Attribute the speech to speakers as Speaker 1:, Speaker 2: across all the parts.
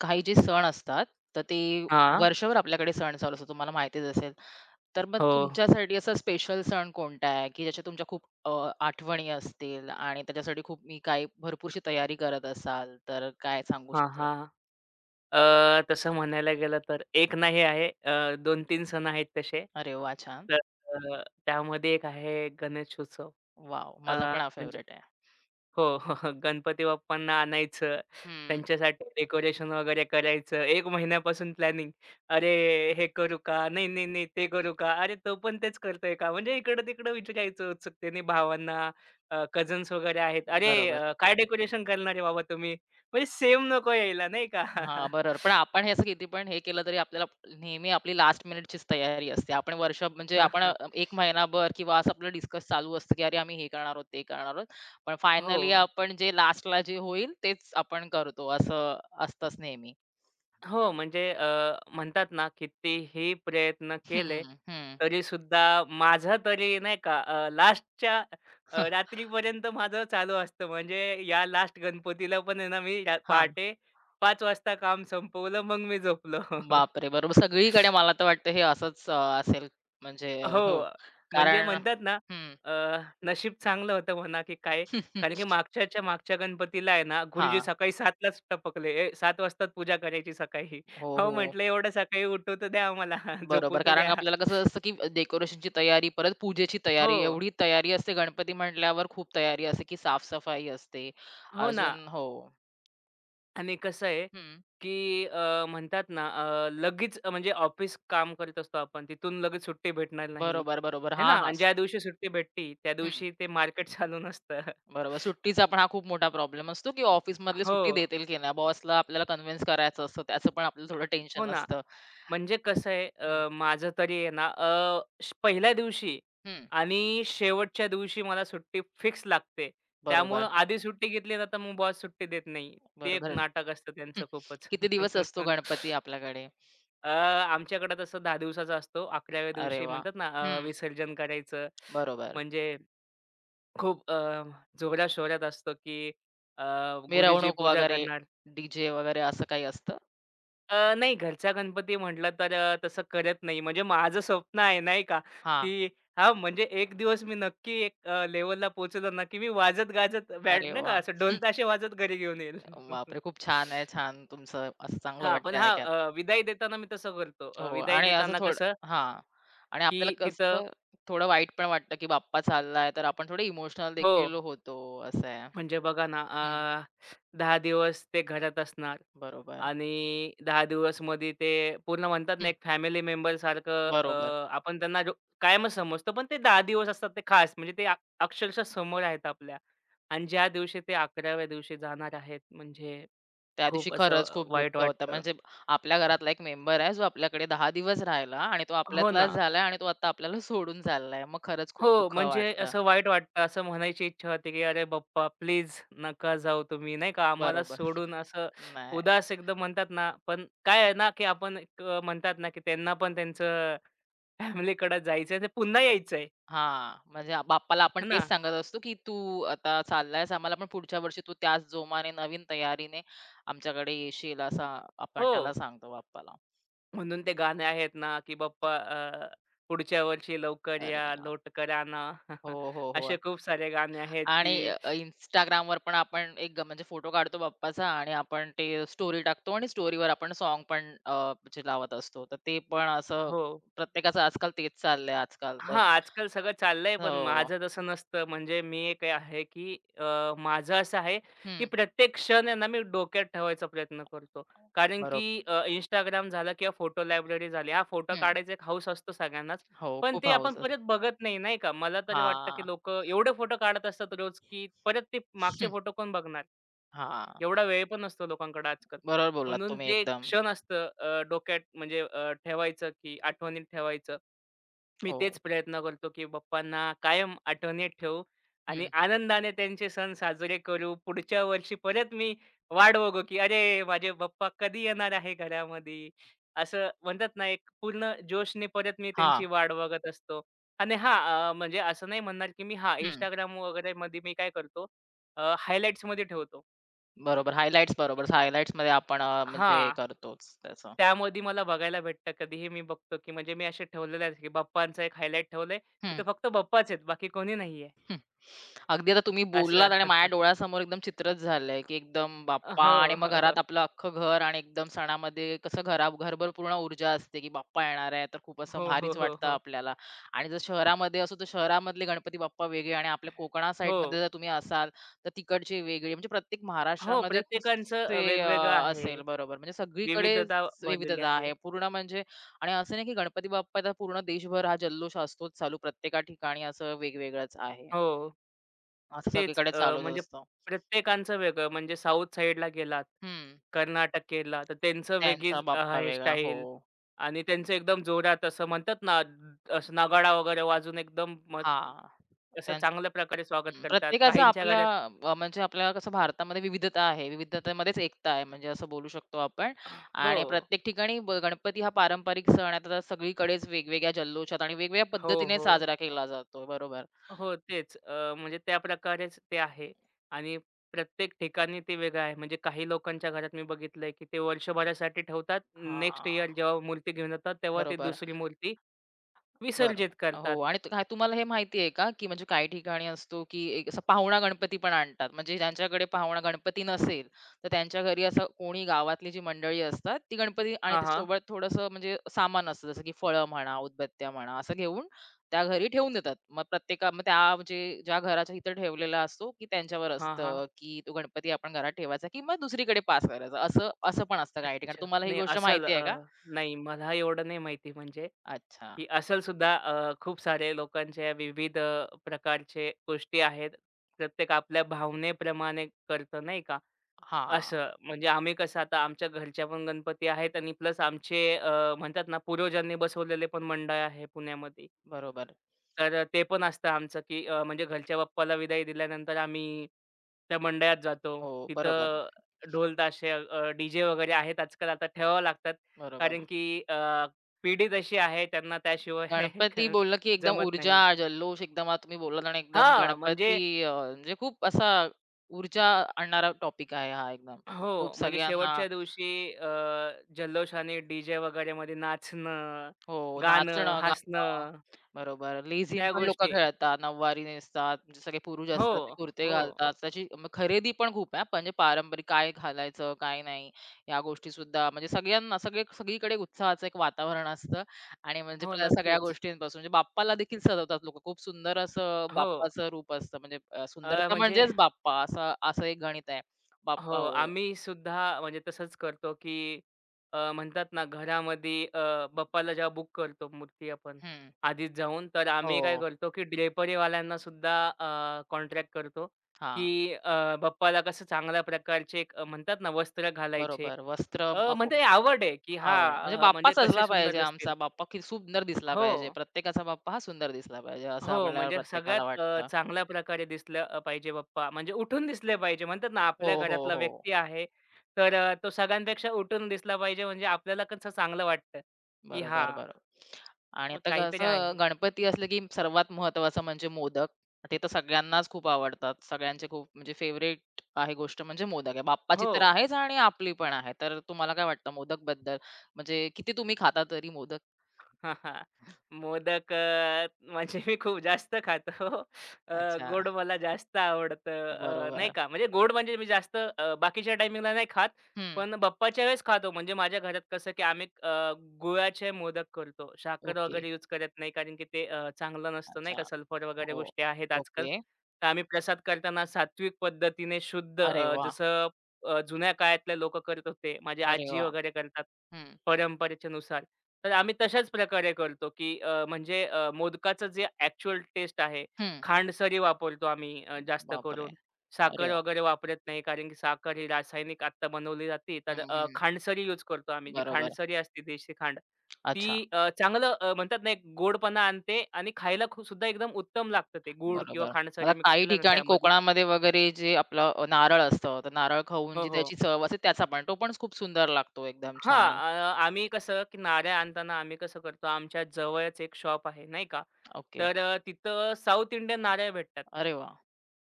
Speaker 1: काही जे सण असतात, तर ते
Speaker 2: हां.
Speaker 1: वर्षभर आपल्याकडे सण चालू असतो, तुम्हाला माहितीच असेल. तर मग
Speaker 2: हो.
Speaker 1: तुमच्यासाठी असा स्पेशल सण कोणता आहे, की ज्याच्या तुमच्या खूप आठवणी असतील आणि त्याच्यासाठी खूप मी काही भरपूरशी तयारी करत असाल, तर काय सांगू
Speaker 2: हां,
Speaker 1: शकेल?
Speaker 2: हां. तसं म्हणायला गेलं तर एक नाही आहे. 2-3 सण आहेत तसे.
Speaker 1: अरे वाह! छान.
Speaker 2: तर त्यामध्ये एक आहे गणेश उत्सव.
Speaker 1: वॉव!
Speaker 2: अ,
Speaker 1: माझा पण हा
Speaker 2: म्हणजे
Speaker 1: फेव्हरेट आहे.
Speaker 2: हो, हो. गणपती बाप्पांना आणायचं,
Speaker 1: हं,
Speaker 2: त्यांच्यासाठी डेकोरेशन वगैरे करायचं. 1 महिन्यापासून प्लॅनिंग. अरे, हे करू का? नाही, नाही, नाही, ते करू का? अरे, तो पण तेच करतोय का? म्हणजे इकडं-तिकडं विचारायचं उत्सुकतेने भावांना, कझन्स वगैरे आहेत. अरे,
Speaker 1: बरोबर.
Speaker 2: काय डेकोरेशन करणार आहे बाबा तुम्ही? म्हणजे सेम नको यायला, नाही का?
Speaker 1: हां, बरोबर. पण आपण हे असं किती पण हे केलं तरी आपल्याला नेहमी आपली लास्ट मिनिटचीच तयारी असते. आपण वर्ष म्हणजे आपण 1 महिनाभर किंवा असं आपलं डिस्कस चालू असतं, की "अरे, आम्ही हे करणार आहोत, ते करणार आहोत." पण
Speaker 2: हो.
Speaker 1: फायनली आपण जे लास्टला जे होईल तेच आपण करतो असं असतंच नेहमी.
Speaker 2: हो, म्हणजे म्हणतात ना, कितीही प्रयत्न केले,
Speaker 1: हं, हं.
Speaker 2: तरी सुद्धा माझं तरी नाही का लास्टच्या रात्रीपर्यंत माझं चालू असतं. म्हणजे या लास्ट गणपतीला पण आहे ना, मी
Speaker 1: हां.
Speaker 2: पहाटे 5 वाजता काम संपवलं, मग मी झोपलो.
Speaker 1: बापरे! बरोबर. सगळीकडे मला तर वाटतं हे असंच असेल म्हणजे हो.
Speaker 2: हो. म्हणजे
Speaker 1: कारण
Speaker 2: म्हणतात ना,
Speaker 1: हं.
Speaker 2: अ, नशीब चांगलं होतं म्हणा की काय,
Speaker 1: हां.
Speaker 2: कारण की मागच्याच्या मागच्या गणपतीला आहे ना, गुरुजी सकाळी 7:00लाच टपकले. "ए, 7:00 वाजताच पूजा करायची सकाळी."
Speaker 1: हो,
Speaker 2: अहो
Speaker 1: हो.
Speaker 2: म्हटलं, "एवढ्या सकाळी उठू तर द्या आम्हाला, झोपू
Speaker 1: बरोबर.
Speaker 2: तर
Speaker 1: कारण
Speaker 2: द्या."
Speaker 1: आपल्याला कसं असतं, की डेकोरेशनची तयारी, परत पूजेची तयारी,
Speaker 2: हो.
Speaker 1: एवढी तयारी असते गणपती म्हटल्यावर खूप तयारी असते, की साफ असते.
Speaker 2: हो ना.
Speaker 1: अजून हो.
Speaker 2: आणि कसं आहे
Speaker 1: हं.
Speaker 2: की अ, म्हणतात ना, अ, लगेच अ, म्हणजे ऑफिस काम करत असतो आपण. तिथून लगेच सुट्टी भेटणार नाही.
Speaker 1: बरोबर, बरोबर.
Speaker 2: है ना?
Speaker 1: हां, हां.
Speaker 2: आणि ज्या दिवशी सुट्टी भेटली, त्या
Speaker 1: हं.
Speaker 2: दिवशी ते मार्केट चालू नसतं.
Speaker 1: बरोबर. सुट्टीचा पण हा खूप मोठा प्रॉब्लेम असतो, की ऑफिसमधले
Speaker 2: हो.
Speaker 1: सुट्टी देतील की नाही. बॉसला आपल्याला कन्विन्स करायचं असतं, त्याचं पण आपल्याला थोडं
Speaker 2: हो
Speaker 1: टेन्शन
Speaker 2: ना.
Speaker 1: असतं.
Speaker 2: म्हणजे कसं आहे
Speaker 1: हं,
Speaker 2: माझं तरी आहे ना अ, श पहिल्या दिवशी
Speaker 1: हं.
Speaker 2: आणि शेवटच्या दिवशी मला सुट्टी फिक्स लागते. त्यामुळं
Speaker 1: बरोबर,
Speaker 2: आधी सुट्टी घेतली ना, तर मग बॉस सुट्टी देत नाही. ते एक
Speaker 1: बरोबर.
Speaker 2: नाटक असतं
Speaker 1: हं.
Speaker 2: त्यांचं खूपच.
Speaker 1: किती दिवस असतो गणपती आपल्याकडे?
Speaker 2: अ, आमच्याकडे तसं 10 दिवसाचा असतो. अकराव्या
Speaker 1: अरे
Speaker 2: दिवशी
Speaker 1: वाह!
Speaker 2: म्हणतात ना,
Speaker 1: हं.
Speaker 2: विसर्जन करायचं.
Speaker 1: बरोबर.
Speaker 2: म्हणजे खूप जोराशोरात असतं की अ, गुरुजी
Speaker 1: मिरवणूक
Speaker 2: पूजा
Speaker 1: वगैरे,
Speaker 2: करणार.
Speaker 1: डीजे वगैरे असं काही असतं?
Speaker 2: नाही, घरचा गणपती म्हटलं तर तसं करत नाही. म्हणजे माझं स्वप्न आहे नाही का,
Speaker 1: हां.
Speaker 2: की हां, म्हणजे एक दिवस मी नक्की एक लेव्हलला पोहोचलो ना, की मी वाजत-गाजत बँड
Speaker 1: अरे
Speaker 2: नाही का
Speaker 1: वाह!
Speaker 2: असं ढोल-ताशे वाजत घरी घेऊन येईल.
Speaker 1: बापरे! खूप छान आहे, छान तुमचं असं चांगलं
Speaker 2: हां, पण
Speaker 1: वाटतंय
Speaker 2: हां,
Speaker 1: ऐकायला.
Speaker 2: विदाई देताना मी तसं करतो.
Speaker 1: हो
Speaker 2: विदाई
Speaker 1: आणि असं
Speaker 2: देताना
Speaker 1: थोडं
Speaker 2: कसं,
Speaker 1: हां. आणि
Speaker 2: की
Speaker 1: आपल्याला
Speaker 2: तिथं
Speaker 1: कसं थोडं वाईट पण वाटतं, की बाप्पा चाललाय, तर आपण थोडे इमोशनल
Speaker 2: हो.
Speaker 1: देखील होतो, असं आहे.
Speaker 2: म्हणजे बघा ना,
Speaker 1: हं,
Speaker 2: 10 दिवस ते घरात असणार
Speaker 1: बरोबर.
Speaker 2: आणि 10 दिवसमध्ये ते पूर्ण म्हणतात ना,
Speaker 1: हं,
Speaker 2: एक फॅमिली मेंबरसारखं
Speaker 1: बरोबर.
Speaker 2: आपण त्यांना कायमच समजतो. पण ते 10 दिवस असतात ते खास. म्हणजे ते अक्षरशः समोर आहेत आपल्या आणि ज्या दिवशी ते अकराव्या दिवशी जाणार आहेत, म्हणजे
Speaker 1: त्या दिवशी
Speaker 2: खूप असं
Speaker 1: खरंच खूप
Speaker 2: वाईट
Speaker 1: दुःख होतं.
Speaker 2: वाटतं.
Speaker 1: म्हणजे आपल्या घरातला एक मेंबर आहे, जो आपल्याकडे 10 दिवस राहिला आणि तो
Speaker 2: हो
Speaker 1: आपल्यातलाच
Speaker 2: ना.
Speaker 1: झालाय आणि तो आता आपल्याला सोडून चाललाय. मग खरंच खूप
Speaker 2: हो,
Speaker 1: दुःख
Speaker 2: म्हणजे
Speaker 1: वाटतं.
Speaker 2: असं वाईट वाटतं. असं म्हणायची इच्छा होते, की "अरे बाप्पा, प्लीज नका जाऊ तुम्ही." नाही का, आम्हाला
Speaker 1: बरोबर.
Speaker 2: सोडून असं
Speaker 1: नाही.
Speaker 2: उदास एकदम म्हणतात ना, पण काय आहे ना, की आपण एक म्हणतात ना, की त्यांना पण त्यांचं फॅमिलीकडे जायचंय, ते पुन्हा यायचंय,
Speaker 1: हां, म्हणजे आ बाप्पाला आपण
Speaker 2: आहे
Speaker 1: तेच
Speaker 2: ना.
Speaker 1: सांगत असतो, की "तू आता चाललायस, आम्हाला पण पुढच्या वर्षी तू त्याच जोमाने, नवीन तयारीने आमच्याकडे येशील," असा आपण त्याला
Speaker 2: हो,
Speaker 1: सांगतो बाप्पाला.
Speaker 2: म्हणून ते गाणे आहेत ना, की "बाप्पा, पुढच्या वर्षी लवकर
Speaker 1: अरे
Speaker 2: या,
Speaker 1: वाह!
Speaker 2: लौटकर आना."
Speaker 1: हो, हो, हो.
Speaker 2: असे खूप सारे गाणे आहेत,
Speaker 1: आणि
Speaker 2: की
Speaker 1: Instagramवर पण आपण एक ग- म्हणजे फोटो काढतो बाप्पाचा आणि आपण ते स्टोरी टाकतो आणि स्टोरीवर आपण सॉन्ग पण म्हणजे लावत असतो. तर ते पण असं
Speaker 2: हो.
Speaker 1: प्रत्येकाचं आजकाल तेच चाललंय आजकाल तर.
Speaker 2: हां, आजकाल सगळं चाललंय, पण
Speaker 1: हो.
Speaker 2: माझं तसं नसतं. म्हणजे मी एक आहे, की माझं असं आहे, की
Speaker 1: हं.
Speaker 2: प्रत्येक क्षण आहे ना, मी डोक्यात ठेवायचा प्रयत्न करतो. कारण की
Speaker 1: बरोबर.
Speaker 2: Instagram झालं किंवा फोटो लायब्ररी झाली. हा फोटो
Speaker 1: हं.
Speaker 2: काढायचा एक हौस असतो सगळ्यांनाच.
Speaker 1: हो,
Speaker 2: पण
Speaker 1: खूप
Speaker 2: ते आपण
Speaker 1: हौस
Speaker 2: परत
Speaker 1: असते.
Speaker 2: बघत नाही, नाही का? मला तरी वाटतं,
Speaker 1: हां.
Speaker 2: की लोकं एवढे फोटो काढत असतात रोज, की परत ते मागचे फोटो कोण बघणार?
Speaker 1: हां.
Speaker 2: एवढा वेळ पण नसतो लोकांकडे आजकाल.
Speaker 1: बरोबर बोललात
Speaker 2: म्हणून
Speaker 1: तुम्ही
Speaker 2: ते एक
Speaker 1: एकदम.
Speaker 2: क्षण असतं, डोक्यात म्हणजे ठेवायचं, की आठवणीत ठेवायचं. मी तेच
Speaker 1: हो.
Speaker 2: प्रयत्न करतो, की बाप्पांना कायम आठवणीत ठेवू आणि
Speaker 1: हं.
Speaker 2: आनंदाने त्यांचे सण साजरे करू. पुढच्या वर्षी परत मी वाट बघू, की अरे, माझे बाप्पा कधी येणार आहे घरामध्ये? असं म्हणतात ना, एक पूर्ण जोशने परत मी त्यांची
Speaker 1: हां.
Speaker 2: वाट बघत असतो. आणि हां, म्हणजे असं नाही म्हणणार, की मी हां,
Speaker 1: हं.
Speaker 2: Instagram वगैरेमध्ये मी काय करतो, हायलाइट्समध्ये ठेवतो.
Speaker 1: बरोबर हायलाइट्स बरोबर. हायलाइट्समध्ये आपण म्हणजे हे
Speaker 2: हां.
Speaker 1: करतोच त्याचं.
Speaker 2: त्यामध्ये मला बघायला भेटतं, कधीही मी बघतो, की म्हणजे मी असे ठेवलेले आहेत, की बाप्पांचं एक हायलाइट ठेवलंय.
Speaker 1: हं.
Speaker 2: तिथं फक्त बाप्पाच आहेत, बाकी कोणी नाहीये
Speaker 1: अगदी आता तुम्ही
Speaker 2: असं.
Speaker 1: बोललात आणि माझ्या डोळ्यासमोर एकदम चित्रच झालंय, की एकदम बाप्पा आणि मग
Speaker 2: हो.
Speaker 1: घरात आपलं अख्खं घर आणि एकदम सणामध्ये कसं घरा घरभर पूर्ण ऊर्जा असते, की बाप्पा येणार आहे, तर खूप असं
Speaker 2: हो, हो,
Speaker 1: भारीच
Speaker 2: हो,
Speaker 1: वाटतं
Speaker 2: हो.
Speaker 1: आपल्याला. आणि जर शहरामध्ये असू, तर शहरामधले गणपती बाप्पा वेगळे आणि आपल्या कोकणा
Speaker 2: हो.
Speaker 1: साईडमध्ये जर तुम्ही असाल, तर तिकडचे वेगळे. म्हणजे प्रत्येक
Speaker 2: हो,
Speaker 1: महाराष्ट्रामध्ये
Speaker 2: प्रत्येकांचं
Speaker 1: कुस्से
Speaker 2: वेगवेगळं आहे.
Speaker 1: असेल बरोबर. म्हणजे सगळीकडे
Speaker 2: विविधता भरलेली
Speaker 1: विविधता आहे.
Speaker 2: आहे.
Speaker 1: पूर्ण म्हणजे आणि असं नाही, की गणपती बाप्पाचा पूर्ण देशभर हा जल्लोष असतोच चालू. प्रत्येका ठिकाणी असं वेगवेगळंच आहे.
Speaker 2: हो.
Speaker 1: असं
Speaker 2: तेच,
Speaker 1: सगळीकडे चालूच
Speaker 2: म्हणजे
Speaker 1: असतं.
Speaker 2: प्रत्येकांचं वेगळं. म्हणजे साउथ साइडला गेलात,
Speaker 1: हं.
Speaker 2: कर्नाटक केरला, तर त्यांचं
Speaker 1: त्यांचा
Speaker 2: वेगळीच
Speaker 1: बाप्पा वेगळा. हो.
Speaker 2: हेअरस्टाईल आणि त्यांचं एकदम जोरात असं म्हणतात ना, असं नगाडा वगैरे वाजून एकदम मग
Speaker 1: हां.
Speaker 2: असं
Speaker 1: त्यांचं
Speaker 2: चांगल्या प्रकारे स्वागत
Speaker 1: हं.
Speaker 2: करतात.
Speaker 1: प्रत्येकाचं
Speaker 2: काहींच्या
Speaker 1: आपल्या
Speaker 2: घरात
Speaker 1: म्हणजे आपल्या कसं भारतामध्ये विविधता आहे. विविधतेमध्येच एकता आहे म्हणजे असं बोलू शकतो आपण आणि
Speaker 2: हो.
Speaker 1: प्रत्येक ठिकाणी ब गणपती हा पारंपरिक सण आहे. तर सगळीकडेच वेगवेगळ्या जल्लोषात आणि वेगवेगळ्या
Speaker 2: हो,
Speaker 1: पद्धतीने
Speaker 2: हो.
Speaker 1: साजरा केला जातो. बरोबर.
Speaker 2: हो, तेच. म्हणजे त्या प्रकारेच ते आहे आणि प्रत्येक ठिकाणी ते वेगळं आहे. म्हणजे काही लोकांच्या घरात मी बघितलंय, की ते वर्षभरासाठी ठेवतात. नेक्स्ट इयर
Speaker 1: हां.
Speaker 2: जेव्हा मूर्ती घेऊन येतात, तेव्हा ते
Speaker 1: बरोबर.
Speaker 2: दुसरी मूर्ती विसर्जित
Speaker 1: बरोबर. हो
Speaker 2: करतात.
Speaker 1: आणि त काय तुम्हाला हे माहिती आहे का, की म्हणजे काही ठिकाणी असतो, की एक असा पाहुणा गणपती पण आणतात. म्हणजे ज्यांच्याकडे पाहुणा गणपती नसेल, तर त्यांच्या घरी असं कोणी गावातली जी मंडळी असतात, ती गणपती आणि
Speaker 2: हां, हां.
Speaker 1: त्यासोबत थोडंसं म्हणजे सामान असतं, जसं की फळं म्हणा, उदबत्त्या म्हणा, असं घेऊन त्या घरी ठेवून देतात. मग प्रत्येका मग त्या म्हणजे ज्या घराच्या इथं ठेवलेला असतो, की त्यांच्यावर
Speaker 2: हां, हां.
Speaker 1: असतं, की तो गणपती आपण घरात ठेवायचा, की मग दुसरीकडे पास करायचा. असं असं पण असतं काही ठिकाणी.
Speaker 2: अच्छा.
Speaker 1: तुम्हाला ही गोष्ट माहिती आहे का?
Speaker 2: नाही, मला एवढं नाही माहिती म्हणजे,
Speaker 1: अच्छा.
Speaker 2: की असेल सुद्धा, खूप सारे लोकांच्या विविध प्रकारचे गोष्टी आहेत. प्रत्येक आपल्या भावनेप्रमाणे करतं, नाही का?
Speaker 1: हां,
Speaker 2: असं. म्हणजे आम्ही कसं, आता आमच्या घरच्या पण गणपती आहेत आणि प्लस आमचे, म्हणतात ना, पूर्वजांनी बसवलेले पण मंडळ आहे पुण्यामध्ये.
Speaker 1: बरोबर.
Speaker 2: तर ते पण असतं आमचं, की म्हणजे घरच्या बाप्पाला विदाई दिल्यानंतर आम्ही त्या मंडळात
Speaker 1: हं,
Speaker 2: जातो.
Speaker 1: हो, बरोबर,
Speaker 2: तिथं ढोल ताशे डी-जे वगैरे आहेत आजकाल, आता ठेवावं लागतात.
Speaker 1: बरोबर.
Speaker 2: कारण की अ, पिढी तशी आहे, त्यांना त्याशिवाय
Speaker 1: गणपती
Speaker 2: क-
Speaker 1: बोललं की एकदम
Speaker 2: जमत
Speaker 1: ऊर्जा,
Speaker 2: नाही.
Speaker 1: जल्लोष एकदम आता तुम्ही बोललात आणि एकदम
Speaker 2: हां, म्हणजे
Speaker 1: गणपती म्हणजे खूप असा ऊर्जा आणणारा टॉपिक आहे हा एकदम. खूप
Speaker 2: हो, म्हणजे
Speaker 1: सगळ्यांना
Speaker 2: शेवटच्या दिवशी जल्लोषाने डी-जे वगैरेमध्ये नाचणं,
Speaker 1: हो,
Speaker 2: गाणं,
Speaker 1: नाचणं, गाणं.
Speaker 2: हसणं,
Speaker 1: बरोबर. लेझीम
Speaker 2: त्या
Speaker 1: पण लोकं
Speaker 2: गोष्टी.
Speaker 1: खेळतात, नऊवारी नेसतात, म्हणजे सगळे पुरुष
Speaker 2: हो,
Speaker 1: असतात, ते कुर्ते
Speaker 2: हो,
Speaker 1: घालतात. त्याची मग खरेदी पण खूप आहे हां, म्हणजे पारंपरिक काय घालायचं, काय नाही, या गोष्टीसुद्धा म्हणजे सगळ्यांना सगळे सगळीकडे उत्साहाचं एक वातावरण असतं आणि म्हणजे
Speaker 2: हो,
Speaker 1: प्र सगळ्या
Speaker 2: नक्कीच.
Speaker 1: गोष्टींपासून म्हणजे बाप्पाला देखील सजवतात लोकं. खूप सुंदर असं
Speaker 2: हो,
Speaker 1: बाप्पाचं रूप असतं. म्हणजे
Speaker 2: अ,
Speaker 1: सुंदरता
Speaker 2: म्हणजे
Speaker 1: म्हणजेच बाप्पा असं असं एक गणित आहे.
Speaker 2: हो,
Speaker 1: बाप्पा हो.
Speaker 2: आम्ही सुद्धा म्हणजे तसंच करतो, की म्हणतात ना, घरामध्ये बाप्पाला जेव्हा बुक करतो मूर्ती आपण
Speaker 1: हं.
Speaker 2: आधीच जाऊन, तर आम्ही काय
Speaker 1: हो.
Speaker 2: करतो, की ड्रेपरीवाल्यांना सुद्धा कॉन्ट्रॅक्ट करतो,
Speaker 1: हां,
Speaker 2: की बाप्पाला कसं चांगल्या प्रकारचे एक, म्हणतात ना, वस्त्र घालायचे.
Speaker 1: बरोबर. वस्त्र
Speaker 2: म्हणजे आवड आहे, की
Speaker 1: आवड. म्हणजे
Speaker 2: हां,
Speaker 1: बाप्पा
Speaker 2: म्हणजे कसे
Speaker 1: सजला
Speaker 2: सुंदर
Speaker 1: पाहिजे
Speaker 2: दिसतील.
Speaker 1: आमचा. बाप्पा किती सुंदर दिसला
Speaker 2: हो.
Speaker 1: पाहिजे. प्रत्येकाचा बाप्पा हा सुंदर दिसला पाहिजे, असं
Speaker 2: हो,
Speaker 1: आपल्याला
Speaker 2: म्हणजे
Speaker 1: प्रत्येकाला
Speaker 2: सगळ्यात
Speaker 1: वाटतं.
Speaker 2: चांगल्या प्रकारे दिसलं पाहिजे पप्पा. म्हणजे उठून दिसले पाहिजे. म्हणतात ना, आपल्या
Speaker 1: हो, हो,
Speaker 2: घरातला
Speaker 1: हो.
Speaker 2: व्यक्ती आहे, तर तो सगळ्यांपेक्षा उठून दिसला पाहिजे, म्हणजे आपल्याला कसं चांगलं वाटतं, की
Speaker 1: बरोबर,
Speaker 2: हां,
Speaker 1: बरोबर. आणि
Speaker 2: मग
Speaker 1: आता
Speaker 2: काहीतरी
Speaker 1: कसं
Speaker 2: आहे.
Speaker 1: गणपती असलं की सर्वात महत्त्वाचं म्हणजे मोदक. ते तर सगळ्यांनाच खूप आवडतात. सगळ्यांचे खूप म्हणजे फेव्हरेट आहे गोष्ट म्हणजे मोदक आहे. बाप्पाची
Speaker 2: हो.
Speaker 1: तर आहेच आणि आपली पण आहे. तर तुम्हाला काय वाटतं मोदकबद्दल? म्हणजे किती तुम्ही खाता तरी मोदक?
Speaker 2: हां, हां. मोदक, म्हणजे मी खूप जास्त खातो. अ,
Speaker 1: अच्छा.
Speaker 2: गोड मला जास्त आवडतं. नाही
Speaker 1: बरोबर.
Speaker 2: का, म्हणजे गोड म्हणजे मी जास्त, बाकीच्या टायमिंगला नाही खात.
Speaker 1: हं.
Speaker 2: पण बाप्पाच्या वेळेस खातो. म्हणजे माझ्या घरात कसं की आम्ही, गुळाचे मोदक करतो. साखर
Speaker 1: ओके.
Speaker 2: वगैरे यूज करत नाही, कारण की ते, चांगलं नसतं नाही
Speaker 1: अच्छा.
Speaker 2: का, सल्फर वगैरे
Speaker 1: हो.
Speaker 2: गोष्टी आहेत आजकाल.
Speaker 1: ओके.
Speaker 2: तर आम्ही प्रसाद करताना सात्विक पद्धतीने शुद्ध,
Speaker 1: अरे वाह!
Speaker 2: जसं जुन्या काळातले लोकं करत होते. माझी
Speaker 1: अरे
Speaker 2: आजी
Speaker 1: वाह!
Speaker 2: वगैरे करतात
Speaker 1: हं,
Speaker 2: परंपरेच्या नुसार. तर आम्ही तशाच प्रकारे करतो, की मोदकाचं जे ॲक्चुअल टेस्ट आहे,
Speaker 1: हं.
Speaker 2: खांडसरी वापरतो आम्ही, जास्त
Speaker 1: बापरे!
Speaker 2: करून.
Speaker 1: अरे
Speaker 2: साखर
Speaker 1: वाह!
Speaker 2: वगैरे वापरत नाही, कारण की साखर ही रासायनिक आत्ता बनवली जाते. तर
Speaker 1: हं, हं.
Speaker 2: खांडसरी यूज करतो आम्ही. जी
Speaker 1: बरोबर.
Speaker 2: खांडसरी असते देशी खांड,
Speaker 1: अच्छा,
Speaker 2: ती म्हणतात ना, एक गोडपणा आणते आणि खायला सुद्धा एकदम उत्तम लागतं, ते गूळ किंवा
Speaker 1: बरोबर. आता
Speaker 2: खांडसरी मिक्स
Speaker 1: काही
Speaker 2: केलं ना
Speaker 1: ठिकाणी
Speaker 2: त्यामध्ये.
Speaker 1: कोकणामध्ये वगैरे जे आपलं नारळ असतं, तर नारळ खाऊन
Speaker 2: हो,
Speaker 1: जी
Speaker 2: हो.
Speaker 1: त्याची चव असते त्याचा पण तो पण खूप सुंदर लागतो एकदम
Speaker 2: हां,
Speaker 1: छान.
Speaker 2: आम्ही कसं की नारळ आणताना आम्ही कसं करतो, आमच्या जवळच एक शॉप आहे, नाही का.
Speaker 1: ओके.
Speaker 2: तर तिथं साऊथ इंडियन नारळ भेटतात.
Speaker 1: अरे वाह!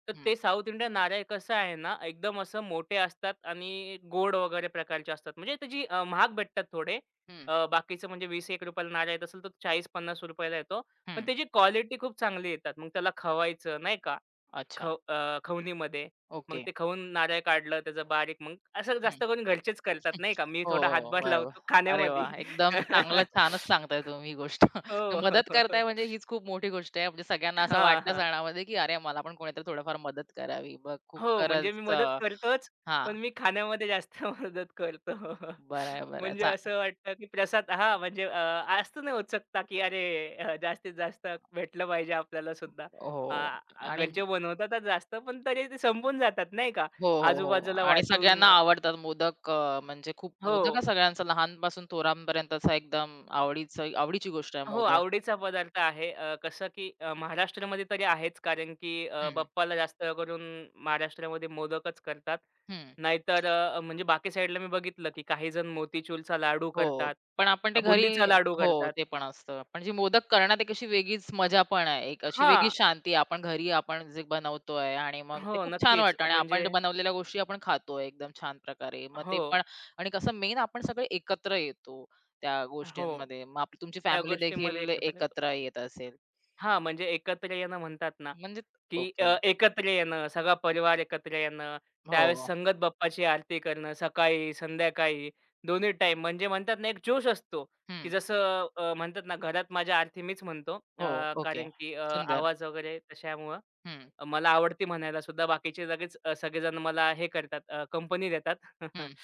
Speaker 2: तर
Speaker 1: हं,
Speaker 2: ते साऊथ इंडियन नारळ कसं आहे ना, एकदम असं मोठे असतात आणि गोड वगैरे प्रकारचे असतात. म्हणजे त्याची, महाग भेटतात थोडे.
Speaker 1: हं,
Speaker 2: बाकीचं म्हणजे ₹20-₹1 नारळ येत असेल, तर ₹40-50 ला येतो. पण
Speaker 1: हं.
Speaker 2: त्याची क्वालिटी खूप चांगली येतात. मग त्याला खवायचं, नाही का.
Speaker 1: अच्छा.
Speaker 2: खवणीमध्ये. मग
Speaker 1: ओके.
Speaker 2: ते खवून नारळ काढलं त्याचं बारीक, मग असं जास्त करून घरचेच करतात नाही का. मी
Speaker 1: हो,
Speaker 2: थोडा
Speaker 1: हो. हो,
Speaker 2: हातभार
Speaker 1: बरोबर.
Speaker 2: लावतो
Speaker 1: अरे
Speaker 2: खाण्यामध्ये.
Speaker 1: वाह! एकदम चांगलं छानच सांगताय तुम्ही ही गोष्ट. तर मदत करताय
Speaker 2: हो.
Speaker 1: म्हणजे हीच खूप मोठी गोष्ट आहे. म्हणजे सगळ्यांना असं
Speaker 2: हां,
Speaker 1: वाटलं
Speaker 2: हां.
Speaker 1: सणामध्ये, की अरे मला पण कोणीतरी थोडंफार मदत करावी. बघ खूप
Speaker 2: हो, म्हणजे
Speaker 1: खरंच
Speaker 2: मी
Speaker 1: अ,
Speaker 2: मदत करतोच,
Speaker 1: हां.
Speaker 2: पण मी खाण्यामध्ये जास्त मदत करतो.
Speaker 1: बरं आहे, बरं आहे.
Speaker 2: म्हणजे
Speaker 1: चा
Speaker 2: असं वाटतं की प्रसाद हां, असतं ना उत्सुकता, की अरे, जास्तीत जास्त भेटलं पाहिजे आपल्याला सुद्धा.
Speaker 1: हो. आणि
Speaker 2: घरचे बनवतातच जास्त, पण तरी ते संपून जातात नाही का.
Speaker 1: हो, हो, हो.
Speaker 2: आजूबाजूला
Speaker 1: आणि
Speaker 2: वाटून.
Speaker 1: सगळ्यांना
Speaker 2: अं,
Speaker 1: आवडतात मोदक, म्हणजे खूप
Speaker 2: हो.
Speaker 1: मोदक हा सगळ्यांचा लहानपासून थोरांपर्यंतचा एकदम आवडीचं आवडीची गोष्ट आहे
Speaker 2: हो,
Speaker 1: मोदक.
Speaker 2: आवडीचा पदार्थ आहे. कसं की महाराष्ट्रामध्ये तरी आहेच, कारण की
Speaker 1: हं,
Speaker 2: बाप्पाला जास्त करून महाराष्ट्रामध्ये मोदकच करतात.
Speaker 1: हं.
Speaker 2: नाहीतर अ, म्हणजे बाकी साईडला मी बघितलं की काही जण मोतीचूरचा लाडू
Speaker 1: हो,
Speaker 2: करतात,
Speaker 1: पण आपण ते घरी
Speaker 2: बुंदीचा लाडू
Speaker 1: हो,
Speaker 2: करतात.
Speaker 1: ते पण असतं. पण जी मोदक करण्यात एक अशी वेगळीच मजा पण आहे. एक अशी वेगळी
Speaker 2: हां.
Speaker 1: शांती आपण घरी आपण जे बनवतोय आणि मग ते
Speaker 2: हो,
Speaker 1: खूप छान
Speaker 2: नक्कीच.
Speaker 1: वाटतं आणि
Speaker 2: म्हणजे
Speaker 1: आपण बनवलेल्या गोष्टी आपण खातोय एकदम छान प्रकारे. मग ते
Speaker 2: हो,
Speaker 1: पण आणि कसं मेन आपण सगळे एकत्र येतो त्या
Speaker 2: हो.
Speaker 1: गोष्टींमध्ये. मग आपली तुमची
Speaker 2: त्या
Speaker 1: फॅमिली
Speaker 2: गोष्टीमध्ये
Speaker 1: देखील
Speaker 2: एकत्र येतो.
Speaker 1: एकत्र येत असेल.
Speaker 2: हां, म्हणजे एकत्र येणं म्हणतात ना,
Speaker 1: म्हणजे
Speaker 2: की
Speaker 1: ओके.
Speaker 2: एकत्र येणं, सगळा परिवार एकत्र येणं, त्यावेळेस
Speaker 1: हो.
Speaker 2: संगत बाप्पाची आरती करणं, सकाळी, संध्याकाळी दोन्ही टाइम, म्हणजे म्हणतात ना, एक जोश असतो, की
Speaker 1: हं.
Speaker 2: जसं, म्हणतात ना, घरात माझ्या आरती मीच म्हणतो.
Speaker 1: हो, ओके.
Speaker 2: कारण की
Speaker 1: सुंदर.
Speaker 2: आवाज वगैरे तशामुळं
Speaker 1: हं,
Speaker 2: मला आवडते म्हणायला सुद्धा. बाकीचे लगेच, सगळेजण मला हे करतात, कंपनी देतात.
Speaker 1: हं.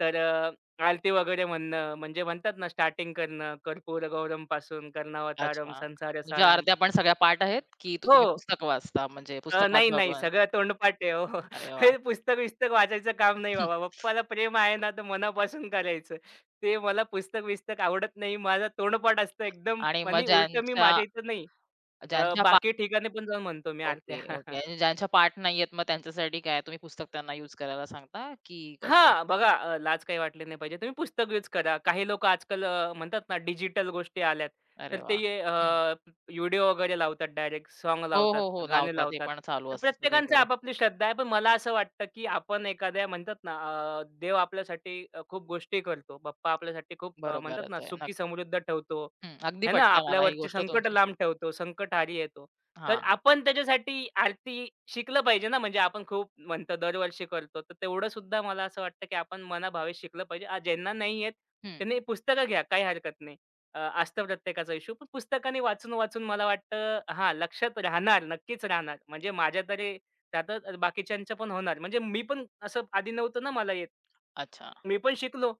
Speaker 2: तर आरती वगैरे म्हणणं, म्हणजे म्हणतात ना, स्टार्टिंग करणं, कर्पूर गौरमपासून, कर्णावतारम,
Speaker 1: अच्छा.
Speaker 2: संसार
Speaker 1: तुझ्या
Speaker 2: सारम
Speaker 1: आरत्या पण सगळ्या पाठ आहेत, की
Speaker 2: हो.
Speaker 1: तुम्ही पुस्तक वाचता म्हणजे
Speaker 2: अ,
Speaker 1: पुस्तकात
Speaker 2: नाही, नाही.
Speaker 1: बघून?
Speaker 2: सगळं तोंडपाठ आहे हो.
Speaker 1: अरे वाह!
Speaker 2: हे पुस्तक-बिस्तक वाचायचं काम नाही
Speaker 1: हं.
Speaker 2: बाबा. पप्पाला प्रेम आहे ना, तर मनापासून करायचं. ते मला पुस्तक-बिस्तक आवडत नाही. माझा तोंडपाठ असतं एकदम
Speaker 1: आणि मग
Speaker 2: आणि उलटं मी
Speaker 1: ज्यांच्या
Speaker 2: माझ्या इथं नाही,
Speaker 1: ज्यांच्या पा
Speaker 2: बाकी ठिकाणी पण जाऊन म्हणतो मी आरत्या.
Speaker 1: Okay, okay. आणि ज्यांच्या पाठ नाही आहेत, मग त्यांच्यासाठी काय तुम्ही पुस्तक त्यांना यूज करायला सांगता की कसं?
Speaker 2: हां, बघा, लाज काही वाटली नाही पाहिजे. तुम्ही पुस्तक यूज करा. काही लोकं आजकाल, म्हणतात ना, डिजिटल गोष्टी आल्यात.
Speaker 1: अरे
Speaker 2: तर ते,
Speaker 1: वाह! हं.
Speaker 2: व्हिडिओ वगैरे लावतात डायरेक्ट, सॉन्ग
Speaker 1: हो,
Speaker 2: लावतात,
Speaker 1: हो, हो.
Speaker 2: गाणे
Speaker 1: लावतात हे
Speaker 2: लावतात.
Speaker 1: पण चालू
Speaker 2: तर
Speaker 1: असतं
Speaker 2: प्रत्येकांची
Speaker 1: सगळीकडे.
Speaker 2: आपापली श्रद्धा आहे. पण मला असं वाटतं, की आपण एखाद्या म्हणतात ना, देव आपल्यासाठी, खूप गोष्टी करतो. बाप्पा आपल्यासाठी खूप, म्हणतात
Speaker 1: बरोबरच
Speaker 2: ना,
Speaker 1: आहे.
Speaker 2: सुखी
Speaker 1: नक्की.
Speaker 2: समृद्ध ठेवतो.
Speaker 1: हं. अगदी
Speaker 2: आहे ना,
Speaker 1: पटते मला ही
Speaker 2: आपल्यावरची
Speaker 1: गोष्ट
Speaker 2: संकट
Speaker 1: तुमची.
Speaker 2: लांब ठेवतो, संकटहारी येतो. तर
Speaker 1: हां.
Speaker 2: आपण त्याच्यासाठी आरती शिकलं पाहिजे ना, म्हणजे आपण खूप म्हणतो, दरवर्षी करतो. तर तेवढं सुद्धा मला असं वाटतं, की आपण मनाभावे शिकलं पाहिजे. ज्यांना नाही येत
Speaker 1: हं.
Speaker 2: त्यांनी पुस्तकं घ्या, काही हरकत नाही. असतं प्रत्येकाचा इश्यू. पण पुस्तकाने वाचून-वाचून मला वाटतं हां, लक्षात राहणार, नक्कीच राहणार. म्हणजे माझ्या तरी त्यातच बाकीच्यांचं पण होणार. म्हणजे मी पण असं आधी नव्हतं ना मला येत.
Speaker 1: अच्छा.
Speaker 2: मी पण शिकलो,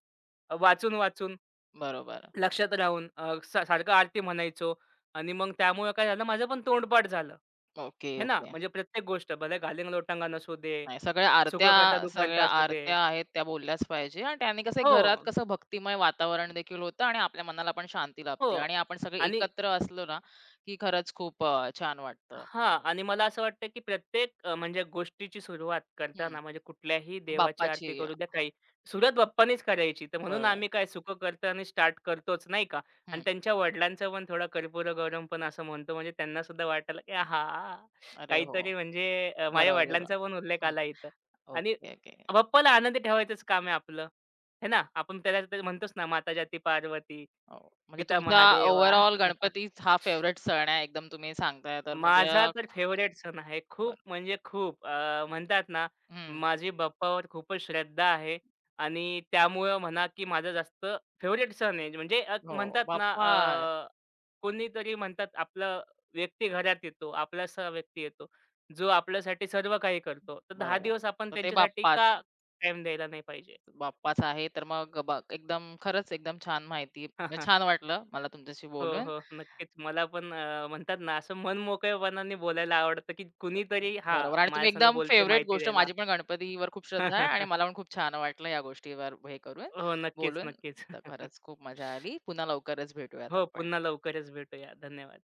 Speaker 2: वाचून-वाचून.
Speaker 1: बरोबर.
Speaker 2: लक्षात राहून, अ, सा सारखं आरती म्हणायचो आणि मग त्यामुळे काय झालं, माझं पण तोंडपाठ झालं.
Speaker 1: ओके,
Speaker 2: हे ना,
Speaker 1: ओके.
Speaker 2: म्हणजे प्रत्येक गोष्ट भले घालींग लोटांगा असू दे,
Speaker 1: नाही, सगळ्या
Speaker 2: सुख
Speaker 1: आरत्या
Speaker 2: करता दुःख हरता
Speaker 1: सगळ्या
Speaker 2: असू दे.
Speaker 1: आरत्या आहेत त्या बोलल्याच पाहिजे आणि त्याने कसं आहे, घरात
Speaker 2: हो,
Speaker 1: कसं भक्तिमय वातावरण देखील होतं आणि आपल्या मनाला पण शांती
Speaker 2: हो.
Speaker 1: लाभते आणि आपण सगळे
Speaker 2: आणि
Speaker 1: एकत्र असलो ना, की खरंच खूप छान वाटतं.
Speaker 2: हां, आणि मला असं वाटतं, की प्रत्येक, अ, म्हणजे गोष्टीची सुरुवात
Speaker 1: हं.
Speaker 2: करताना म्हणजे कुठल्याही देवाची
Speaker 1: बाप्पाची
Speaker 2: आरती करू द्या काही, सुरुवात बाप्पानीच करायची. तर म्हणून
Speaker 1: बरोबर.
Speaker 2: आम्ही काय सुखं कर्ता आणि स्टार्ट करतोच नाही का? आणि
Speaker 1: हं.
Speaker 2: त्यांच्या वडिलांचं पण थोडा कर्पूर गौरम पण असं म्हणतो, म्हणजे त्यांना सुद्धा वाटलं, की आहा!
Speaker 1: अरे हो.
Speaker 2: काहीतरी म्हणजे, माझ्या
Speaker 1: बरोबर, बरोबर.
Speaker 2: वडिलांचा पण उल्लेख
Speaker 1: हं.
Speaker 2: आला इथं. आणि
Speaker 1: ओके, ओके.
Speaker 2: बाप्पाला आनंदी ठेवायचंच काम आहे आपलं. है ना? आपण त्याला ते म्हणतोच ना, "माता जाती पार्वती,
Speaker 1: हो. म्हणजे
Speaker 2: पिता
Speaker 1: तुमचा
Speaker 2: महादेवा."
Speaker 1: ओव्हरऑल गणपतीच हा फेव्हराइट सण आहे एकदम तुम्ही सांगताय तर म्हणजे
Speaker 2: माझा तर फेव्हरेट सण आहे. खूप
Speaker 1: बरं.
Speaker 2: म्हणजे खूप, म्हणतात ना,
Speaker 1: हं.
Speaker 2: माझी बाप्पावर खूपच श्रद्धा आहे आणि त्यामुळं म्हणा, की माझा जास्त फेव्हरेट सण आहे.
Speaker 1: हो.
Speaker 2: म्हणतात ना,
Speaker 1: बाप्पा.
Speaker 2: कोणीतरी म्हणतात आपलं व्यक्ती घरात येतो, आपलासा व्यक्ती येतो, जो आपल्यासाठी सर्व काही करतो. तर 10
Speaker 1: बरोबर.
Speaker 2: दिवस आपण
Speaker 1: तर ते
Speaker 2: त्यांच्यासाठी
Speaker 1: बाप्पाच.
Speaker 2: का टाईम द्यायला नाही पाहिजे?
Speaker 1: बाप्पाचा आहे, तर मग बा एकदम खरंच एकदम छान माहिती म्हणजे छान वाटलं मला तुमच्याशी
Speaker 2: हो,
Speaker 1: बोलून.
Speaker 2: हो. नक्कीच. मला पण, म्हणतात ना, असं मन मोकळेपणाने बोलायला आवडतं, की कुणीतरी
Speaker 1: बरोबर आणि
Speaker 2: हां,
Speaker 1: तुम्ही
Speaker 2: माझ्यासंग
Speaker 1: एकदम
Speaker 2: बोलते
Speaker 1: फेवरेट
Speaker 2: माहिती
Speaker 1: गोष्ट
Speaker 2: द्यायला.
Speaker 1: माझी पण गणपतीवर खूप श्रद्धा आहे आणि मला पण खूप छान वाटलं या गोष्टीवर हे करून,
Speaker 2: हो, नक्कीच,
Speaker 1: बोलून.
Speaker 2: नक्कीच.
Speaker 1: तर खरंच खूप मजा आली. पुन्हा लवकरच भेटूयात
Speaker 2: हो,
Speaker 1: आपण.
Speaker 2: पुन्हा लवकरच भेटूया. धन्यवाद.